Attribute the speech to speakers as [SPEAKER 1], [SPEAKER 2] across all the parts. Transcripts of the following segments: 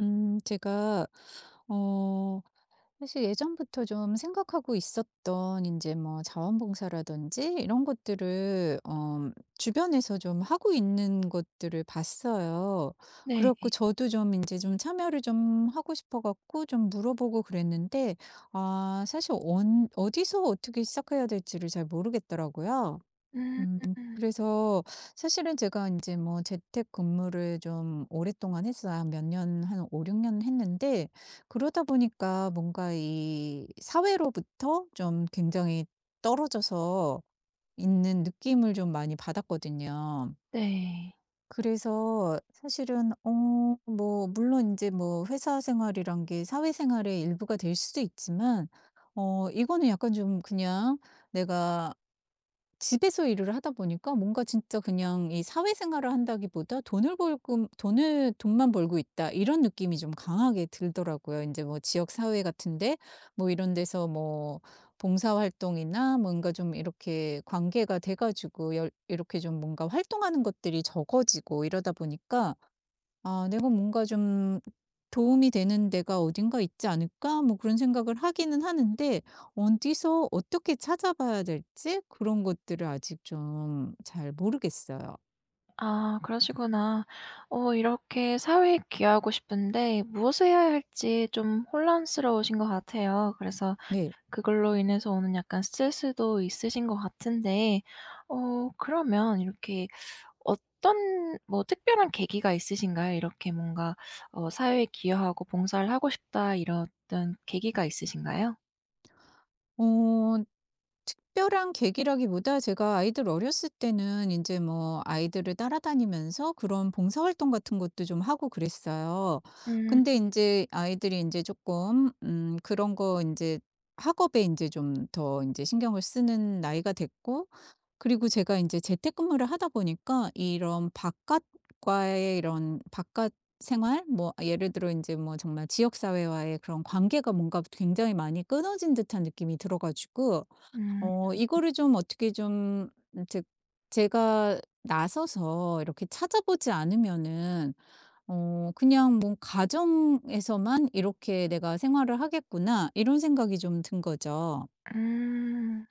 [SPEAKER 1] 제가, 어, 사실 예전부터 좀 생각하고 있었던, 이제 뭐 자원봉사라든지 이런 것들을, 주변에서 좀 하고 있는 것들을 봤어요.
[SPEAKER 2] 네.
[SPEAKER 1] 그래갖고 저도 좀 이제 좀 참여를 좀 하고 싶어갖고 좀 물어보고 그랬는데, 아, 사실 어디서 어떻게 시작해야 될지를 잘 모르겠더라고요. 음
[SPEAKER 2] 음.
[SPEAKER 1] 그래서 사실은 제가 이제 뭐 재택근무를 좀 오랫동안 했어요. 한 몇 년, 한 5-6년 했는데, 그러다 보니까 뭔가 이 사회로부터 좀 굉장히 떨어져서 있는 느낌을 좀 많이 받았거든요.
[SPEAKER 2] 네.
[SPEAKER 1] 그래서 사실은 뭐 물론 이제 뭐 회사 생활이란 게 사회생활의 일부가 될 수도 있지만, 이거는 약간 좀 그냥 내가 집에서 일을 하다 보니까 뭔가 진짜 그냥 이 사회생활을 한다기보다 '돈을 벌금 돈을 돈만 벌고 있다.' 이런 느낌이 좀 강하게 들더라고요. 이제 뭐 지역 사회 같은데, 뭐 이런 데서 뭐 봉사활동이나 뭔가 좀 이렇게 관계가 돼 가지고 열 이렇게 좀 뭔가 활동하는 것들이 적어지고, 이러다 보니까 '아 내가 뭔가 좀 도움이 되는 데가 어딘가 있지 않을까?' 뭐 그런 생각을 하기는 하는데, 어디서 어떻게 찾아봐야 될지 그런 것들을 아직 좀 잘 모르겠어요.
[SPEAKER 2] 아 그러시구나. 이렇게 사회에 기여하고 싶은데 무엇을 해야 할지 좀 혼란스러우신 것 같아요. 그래서
[SPEAKER 1] 네.
[SPEAKER 2] 그걸로 인해서 오는 약간 스트레스도 있으신 것 같은데, 그러면 이렇게 어떤 뭐 특별한 계기가 있으신가요? 이렇게 뭔가 '사회에 기여하고 봉사를 하고 싶다.' 이랬던 계기가 있으신가요?
[SPEAKER 1] 어 특별한 계기라기보다, 제가 아이들 어렸을 때는 이제 뭐 아이들을 따라다니면서 그런 봉사활동 같은 것도 좀 하고 그랬어요.
[SPEAKER 2] 음.
[SPEAKER 1] 근데 이제 아이들이 이제 조금 그런 거 이제 학업에 이제 좀 더 이제 신경을 쓰는 나이가 됐고, 그리고 제가 이제 재택근무를 하다 보니까 이런 바깥 생활, 뭐 예를 들어 이제 뭐 정말 지역 사회와의 그런 관계가 뭔가 굉장히 많이 끊어진 듯한 느낌이 들어 가지고,
[SPEAKER 2] 음.
[SPEAKER 1] 이거를 좀 어떻게 좀, 제 제가 나서서 이렇게 찾아보지 않으면은, 그냥 뭐 '가정에서만 이렇게 내가 생활을 하겠구나.' 이런 생각이 좀 든 거죠.
[SPEAKER 2] 음.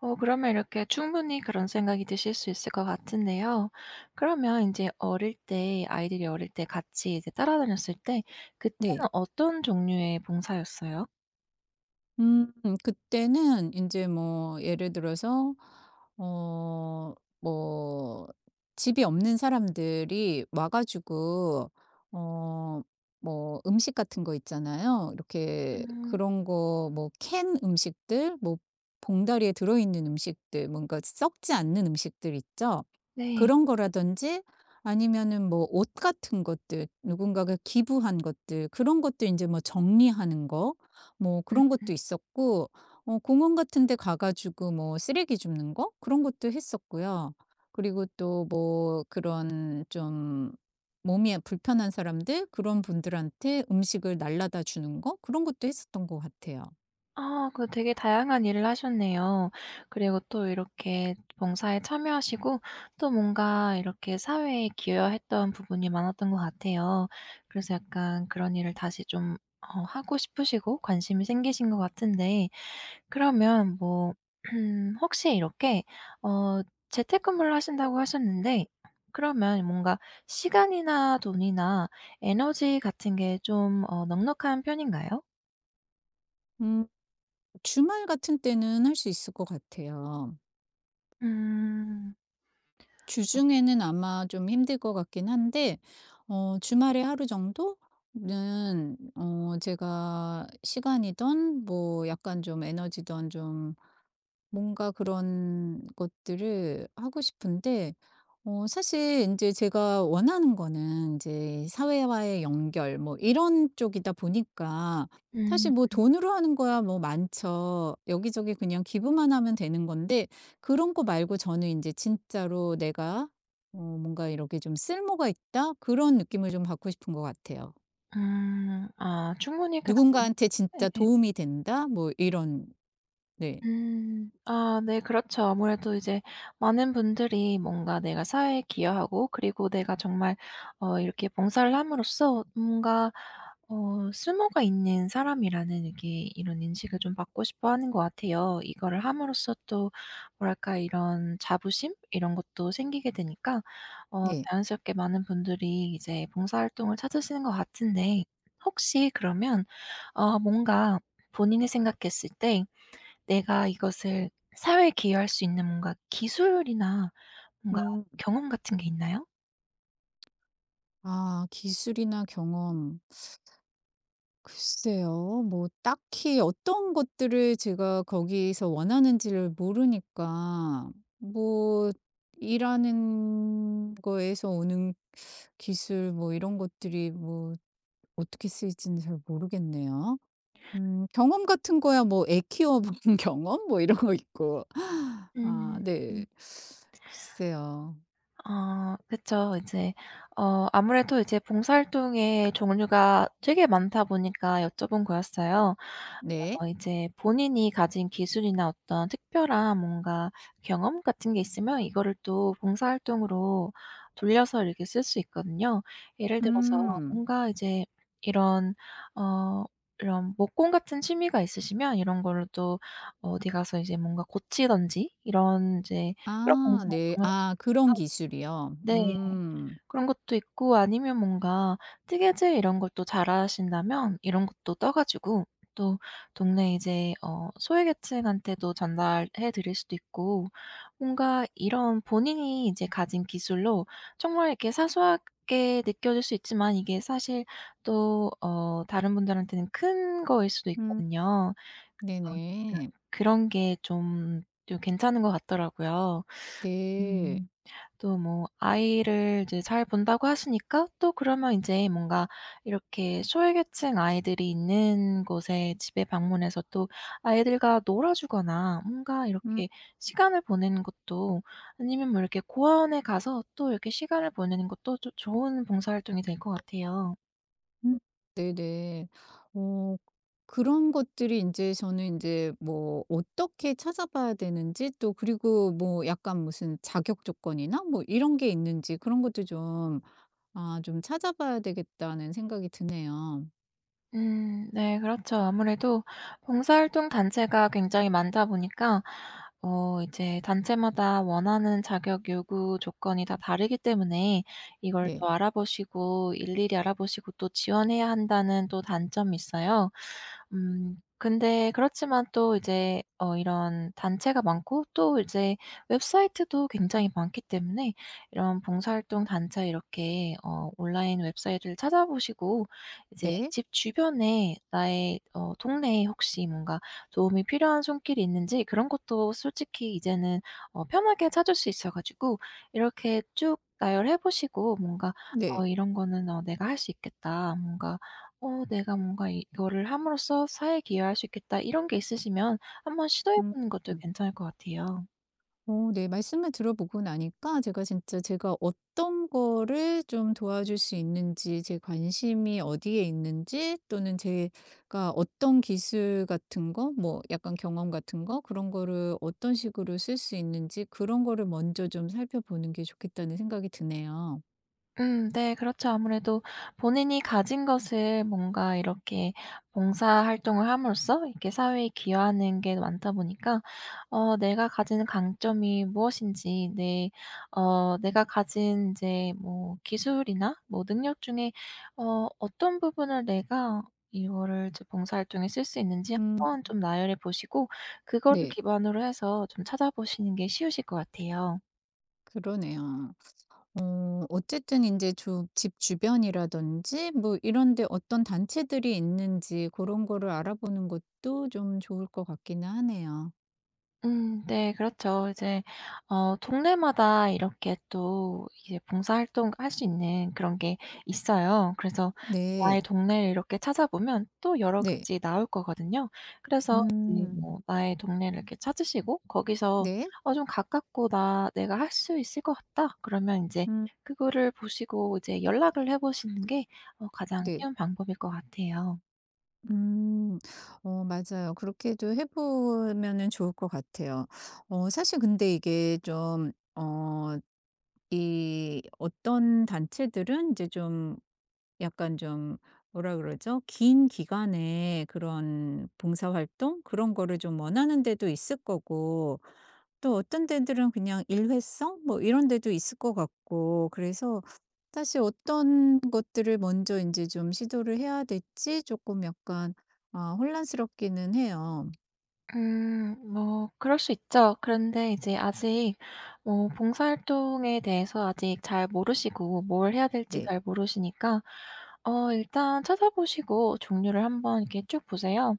[SPEAKER 2] 어. 그러면 이렇게 충분히 그런 생각이 드실 수 있을 것 같은데요. 그러면 이제 어릴 때, 아이들이 어릴 때 같이 이제 따라다녔을 때
[SPEAKER 1] 네.
[SPEAKER 2] 그때는 어떤 종류의 봉사였어요?
[SPEAKER 1] 음 그때는 이제 뭐 예를 들어서, 어 뭐 집이 없는 사람들이 와 가지고, 어 뭐 음식 같은 거 있잖아요. 이렇게
[SPEAKER 2] 음.
[SPEAKER 1] 그런 거 뭐 캔 음식들, 뭐 봉다리에 들어 있는 음식들, 뭔가 썩지 않는 음식들 있죠.
[SPEAKER 2] 네.
[SPEAKER 1] 그런 거라든지, 아니면은 뭐 옷 같은 것들, 누군가가 기부한 것들, 그런 것도 이제 뭐 정리하는 거, 뭐
[SPEAKER 2] 음
[SPEAKER 1] 그런
[SPEAKER 2] 음.
[SPEAKER 1] 것도 있었고, 공원 같은 데 가 가지고 뭐 쓰레기 줍는 거, 그런 것도 했었고요. 그리고 또 뭐 그런 좀 몸이 불편한 사람들, 그런 분들한테 음식을 날라다 주는 거, 그런 것도 했었던 것 같아요.
[SPEAKER 2] 아 그 되게 다양한 일을 하셨네요. 그리고 또 이렇게 봉사에 참여하시고 또 뭔가 이렇게 사회에 기여했던 부분이 많았던 것 같아요. 그래서 약간 그런 일을 다시 좀 하고 싶으시고 관심이 생기신 것 같은데, 그러면 뭐 혹시 이렇게 어 재택근무를 하신다고 하셨는데, 그러면 뭔가 시간이나 돈이나 에너지 같은 게 좀 넉넉한 편인가요?
[SPEAKER 1] 음 주말 같은 때는 할 수 있을 것 같아요.
[SPEAKER 2] 음.
[SPEAKER 1] 주중에는 아마 좀 힘들 것 같긴 한데, 주말에 하루 정도는 제가 시간이든 뭐 약간 좀 에너지든 좀, 뭔가 그런 것들을 하고 싶은데, 사실 이제 제가 원하는 거는 이제 사회와의 연결, 뭐 이런 쪽이다 보니까.
[SPEAKER 2] 음.
[SPEAKER 1] 사실 뭐 돈으로 하는 거야 뭐 많죠. 여기저기 그냥 기부만 하면 되는 건데, 그런 거 말고 저는 이제 진짜로 내가, 뭔가 이렇게 좀 '쓸모가 있다.' 그런 느낌을 좀 받고 싶은 것 같아요.
[SPEAKER 2] 음. 아 충분히 그럼.
[SPEAKER 1] '누군가한테 진짜
[SPEAKER 2] 네.
[SPEAKER 1] 도움이 된다.' 뭐 이런. 네.
[SPEAKER 2] 음. 아 네 그렇죠. 아무래도 이제 많은 분들이 뭔가 내가 사회에 기여하고, 그리고 내가 정말 이렇게 봉사를 함으로써 뭔가 쓸모가 있는 사람이라는, 이게 이런 인식을 좀 받고 싶어 하는 것 같아요. 이거를 함으로써 또 뭐랄까 이런 자부심, 이런 것도 생기게 되니까
[SPEAKER 1] 네.
[SPEAKER 2] 자연스럽게 많은 분들이 이제 봉사활동을 찾으시는 것 같은데, 혹시 그러면 뭔가 본인이 생각했을 때, '내가 이것을 사회에 기여할 수 있는 뭔가 기술이나 뭔가
[SPEAKER 1] 음.
[SPEAKER 2] 경험 같은 게 있나요?'
[SPEAKER 1] 아 기술이나 경험. 글쎄요. 뭐 딱히 어떤 것들을 제가 거기서 원하는지를 모르니까, 뭐 일하는 거에서 오는 기술, 뭐 이런 것들이 뭐 어떻게 쓰일지는 잘 모르겠네요. 경험 같은 거야 뭐 애 키워본 경험, 뭐 이런 거 있고. 아
[SPEAKER 2] 음.
[SPEAKER 1] 네. 글쎄요.
[SPEAKER 2] 아 그쵸. 아무래도 이제 봉사활동의 종류가 되게 많다 보니까 여쭤본 거였어요.
[SPEAKER 1] 네.
[SPEAKER 2] 이제 본인이 가진 기술이나 어떤 특별한 뭔가 경험 같은 게 있으면 이거를 또 봉사활동으로 돌려서 이렇게 쓸 수 있거든요. 예를 들어서
[SPEAKER 1] 음.
[SPEAKER 2] 뭔가 이제 이런 어 이런 목공 같은 취미가 있으시면 이런 걸로 또 어디 가서 이제 뭔가 고치든지, 이런 이제 그런
[SPEAKER 1] 아 네.
[SPEAKER 2] 봉사활동을 할수있
[SPEAKER 1] 아 그런
[SPEAKER 2] 고
[SPEAKER 1] 기술이요?
[SPEAKER 2] 네.
[SPEAKER 1] 음.
[SPEAKER 2] 그런 것도 있고 아니면 뭔가 뜨개질 이런 걸 또 잘하신다면 이런 것도 떠 가지고 또 동네 이제 소외계층한테도 전달해 드릴 수도 있고, 뭔가 이런 본인이 이제 가진 기술로 정말 이렇게 사소하게 느껴질 수 있지만 이게 사실 또 다른 분들한테는 큰 거일 수도
[SPEAKER 1] 음
[SPEAKER 2] 있거든요. 그래서
[SPEAKER 1] 네네.
[SPEAKER 2] 그러니까 그런 게 좀 또 괜찮은 것 같더라고요.
[SPEAKER 1] 네.
[SPEAKER 2] 음. 또 뭐 아이를 이제 잘 본다고 하시니까 또 그러면 인제 뭔가 이렇게 소외계층 아이들이 있는 곳에, 집에 방문해서 또 아이들과 놀아 주거나 뭔가
[SPEAKER 1] 음
[SPEAKER 2] 이렇게 시간을 보내는 것도, 아니면 뭐 이렇게 고아원에 가서 또 이렇게 시간을 보내는 것도 조 좋은 봉사활동이 될 것 같아요.
[SPEAKER 1] 음, 네네. 어 그런 것들이 이제 저는 이제 뭐 어떻게 찾아봐야 되는지, 또 그리고 뭐 약간 무슨 자격 조건이나 뭐 이런 게 있는지, 그런 것도 좀 '아 좀 찾아봐야 되겠다.'는 생각이 드네요.
[SPEAKER 2] 네 그렇죠. 아무래도 봉사활동 단체가 굉장히 많다 보니까 이제 단체마다 원하는 자격 요구 조건이 다 다르기 때문에 이걸
[SPEAKER 1] 네.
[SPEAKER 2] 또 알아보시고 일일이 알아보시고 또 지원해야 한다는 또 단점이 있어요. 근데 그렇지만 또 이제 이런 단체가 많고 또 이제 웹사이트도 굉장히 많기 때문에, 이런 봉사활동 단체, 이렇게 온라인 웹사이트를 찾아보시고, 이제
[SPEAKER 1] 네.
[SPEAKER 2] 집 주변에 나의 동네에 혹시 뭔가 도움이 필요한 손길이 있는지, 그런 것도 솔직히 이제는 편하게 찾을 수 있어 가지고 이렇게 쭉 나열해 보시고, 뭔가
[SPEAKER 1] 네.
[SPEAKER 2] 이런 거는 내가 할 수 있겠다.' 뭔가 '내가 뭔가 이거를 함으로써 사회에 기여할 수 있겠다.' 이런 게 있으시면 한번 시도해
[SPEAKER 1] 음.
[SPEAKER 2] 보는 것도
[SPEAKER 1] 음.
[SPEAKER 2] 괜찮을 것 같아요.
[SPEAKER 1] 네. 말씀을 들어보고 나니까 제가 진짜 제가 어떤 거를 좀 도와줄 수 있는지, 제 관심이 어디에 있는지, 또는 제가 어떤 기술 같은 거 뭐 약간 경험 같은 거 그런 거를 어떤 식으로 쓸 수 있는지, 그런 거를 먼저 좀 살펴보는 게 좋겠다는 생각이 드네요.
[SPEAKER 2] 네 그렇죠. 아무래도 본인이 가진 것을 뭔가 이렇게 봉사활동을 함으로써 이렇게 사회에 기여하는 게 많다 보니까, 내가 가진 강점이 무엇인지, 내 어 내가 가진 이제 뭐 기술이나 뭐 능력 중에 어떤 부분을 내가 이거를 이제 봉사활동에 쓸 수 있는지
[SPEAKER 1] 음
[SPEAKER 2] 한번 좀 나열해 보시고, 그거를
[SPEAKER 1] 네.
[SPEAKER 2] 기반으로 해서 좀 찾아보시는 게 쉬우실 것 같아요.
[SPEAKER 1] 그러네요. 어쨌든 이제 주 집 주변이라든지 뭐 이런 데 어떤 단체들이 있는지, 그런 거를 알아보는 것도 좀 좋을 것 같기는 하네요.
[SPEAKER 2] 네 그렇죠. 이제 동네마다 이렇게 또 이제 봉사활동 할 수 있는 그런 게 있어요. 그래서
[SPEAKER 1] 네.
[SPEAKER 2] 나의 동네를 이렇게 찾아보면 또 여러
[SPEAKER 1] 네.
[SPEAKER 2] 가지 나올 거거든요. 그래서 이제
[SPEAKER 1] 음.
[SPEAKER 2] 뭐 나의 동네를 이렇게 찾으시고 거기서
[SPEAKER 1] 네.
[SPEAKER 2] 좀 가깝고 나 내가 할 수 있을 것 같다 그러면, 이제
[SPEAKER 1] 음
[SPEAKER 2] 그거를 보시고 이제 연락을 해 보시는 게 가장
[SPEAKER 1] 네.
[SPEAKER 2] 쉬운 방법일 것 같아요.
[SPEAKER 1] 음. 맞아요. 그렇게도 해 보면은 좋을 것 같아요. 사실 근데 이게 좀, 어 이 어떤 단체들은 이제 좀 약간 좀, 뭐라 그러죠? 긴 기간에 그런 봉사활동 그런 거를 좀 원하는 데도 있을 거고, 또 어떤 데들은 그냥 일회성 뭐 이런 데도 있을 것 같고, 그래서 사실 어떤 것들을 먼저 이제 좀 시도를 해야 될지, 조금 약간, 아 혼란스럽기는 해요.
[SPEAKER 2] 뭐 그럴 수 있죠. 그런데 이제 아직 뭐 봉사활동에 대해서 아직 잘 모르시고 뭘 해야 될지
[SPEAKER 1] 네.
[SPEAKER 2] 잘 모르시니까 일단 찾아보시고 종류를 한번 이렇게 쭉 보세요.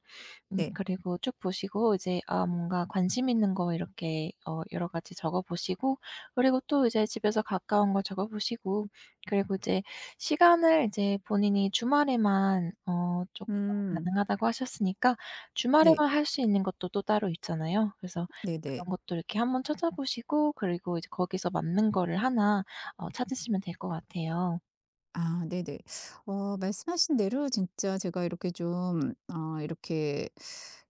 [SPEAKER 1] 네.
[SPEAKER 2] 그리고 쭉 보시고 이제, 아 뭔가 관심 있는 거 이렇게 여러 가지 적어 보시고, 그리고 또 이제 집에서 가까운 거 적어 보시고, 그리고 이제 시간을 이제 본인이 주말에만 어금
[SPEAKER 1] 음.
[SPEAKER 2] 가능하다고 하셨으니까
[SPEAKER 1] 네.
[SPEAKER 2] 주말에만 할 수 있는 것도 또 따로 있잖아요. 그래서 그런
[SPEAKER 1] 네네.
[SPEAKER 2] 것도 이렇게 한번 찾아보시고 그리고 이제 거기서 맞는 거를 하나 찾으시면 될 것 같아요.
[SPEAKER 1] 아 네네. 말씀하신 대로 진짜 제가 이렇게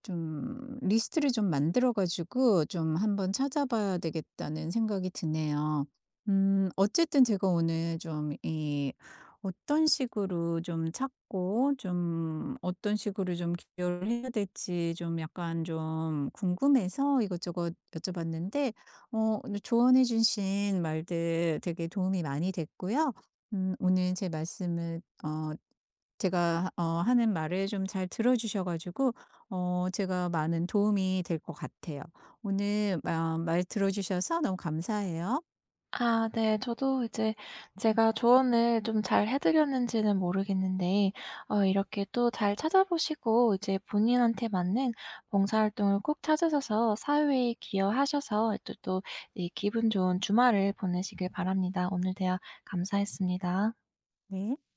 [SPEAKER 1] 좀 리스트를 좀 만들어 가지고 좀 한번 찾아봐야 되겠다는 생각이 드네요. 어쨌든 제가 오늘 좀 이 어떤 식으로 좀 찾고 좀 어떤 식으로 좀 기여를 해야 될지 좀 약간 좀 궁금해서 이것저것 여쭤봤는데, 조언해 주신 말들 되게 도움이 많이 됐고요. 오늘 제 말씀을 어 제가 하는 말을 좀 잘 들어 주셔 가지고 제가 많은 도움이 될 것 같아요. 오늘 아, 말 들어 주셔서 너무 감사해요.
[SPEAKER 2] 아 네. 저도 이제 제가 조언을 좀 잘 해 드렸는지는 모르겠는데, 이렇게 또 잘 찾아보시고 이제 본인한테 맞는 봉사활동을 꼭 찾으셔서, 사회에 기여하셔서 또 또 이 기분 좋은 주말을 보내시길 바랍니다. 오늘 대화 감사했습니다.
[SPEAKER 1] 네.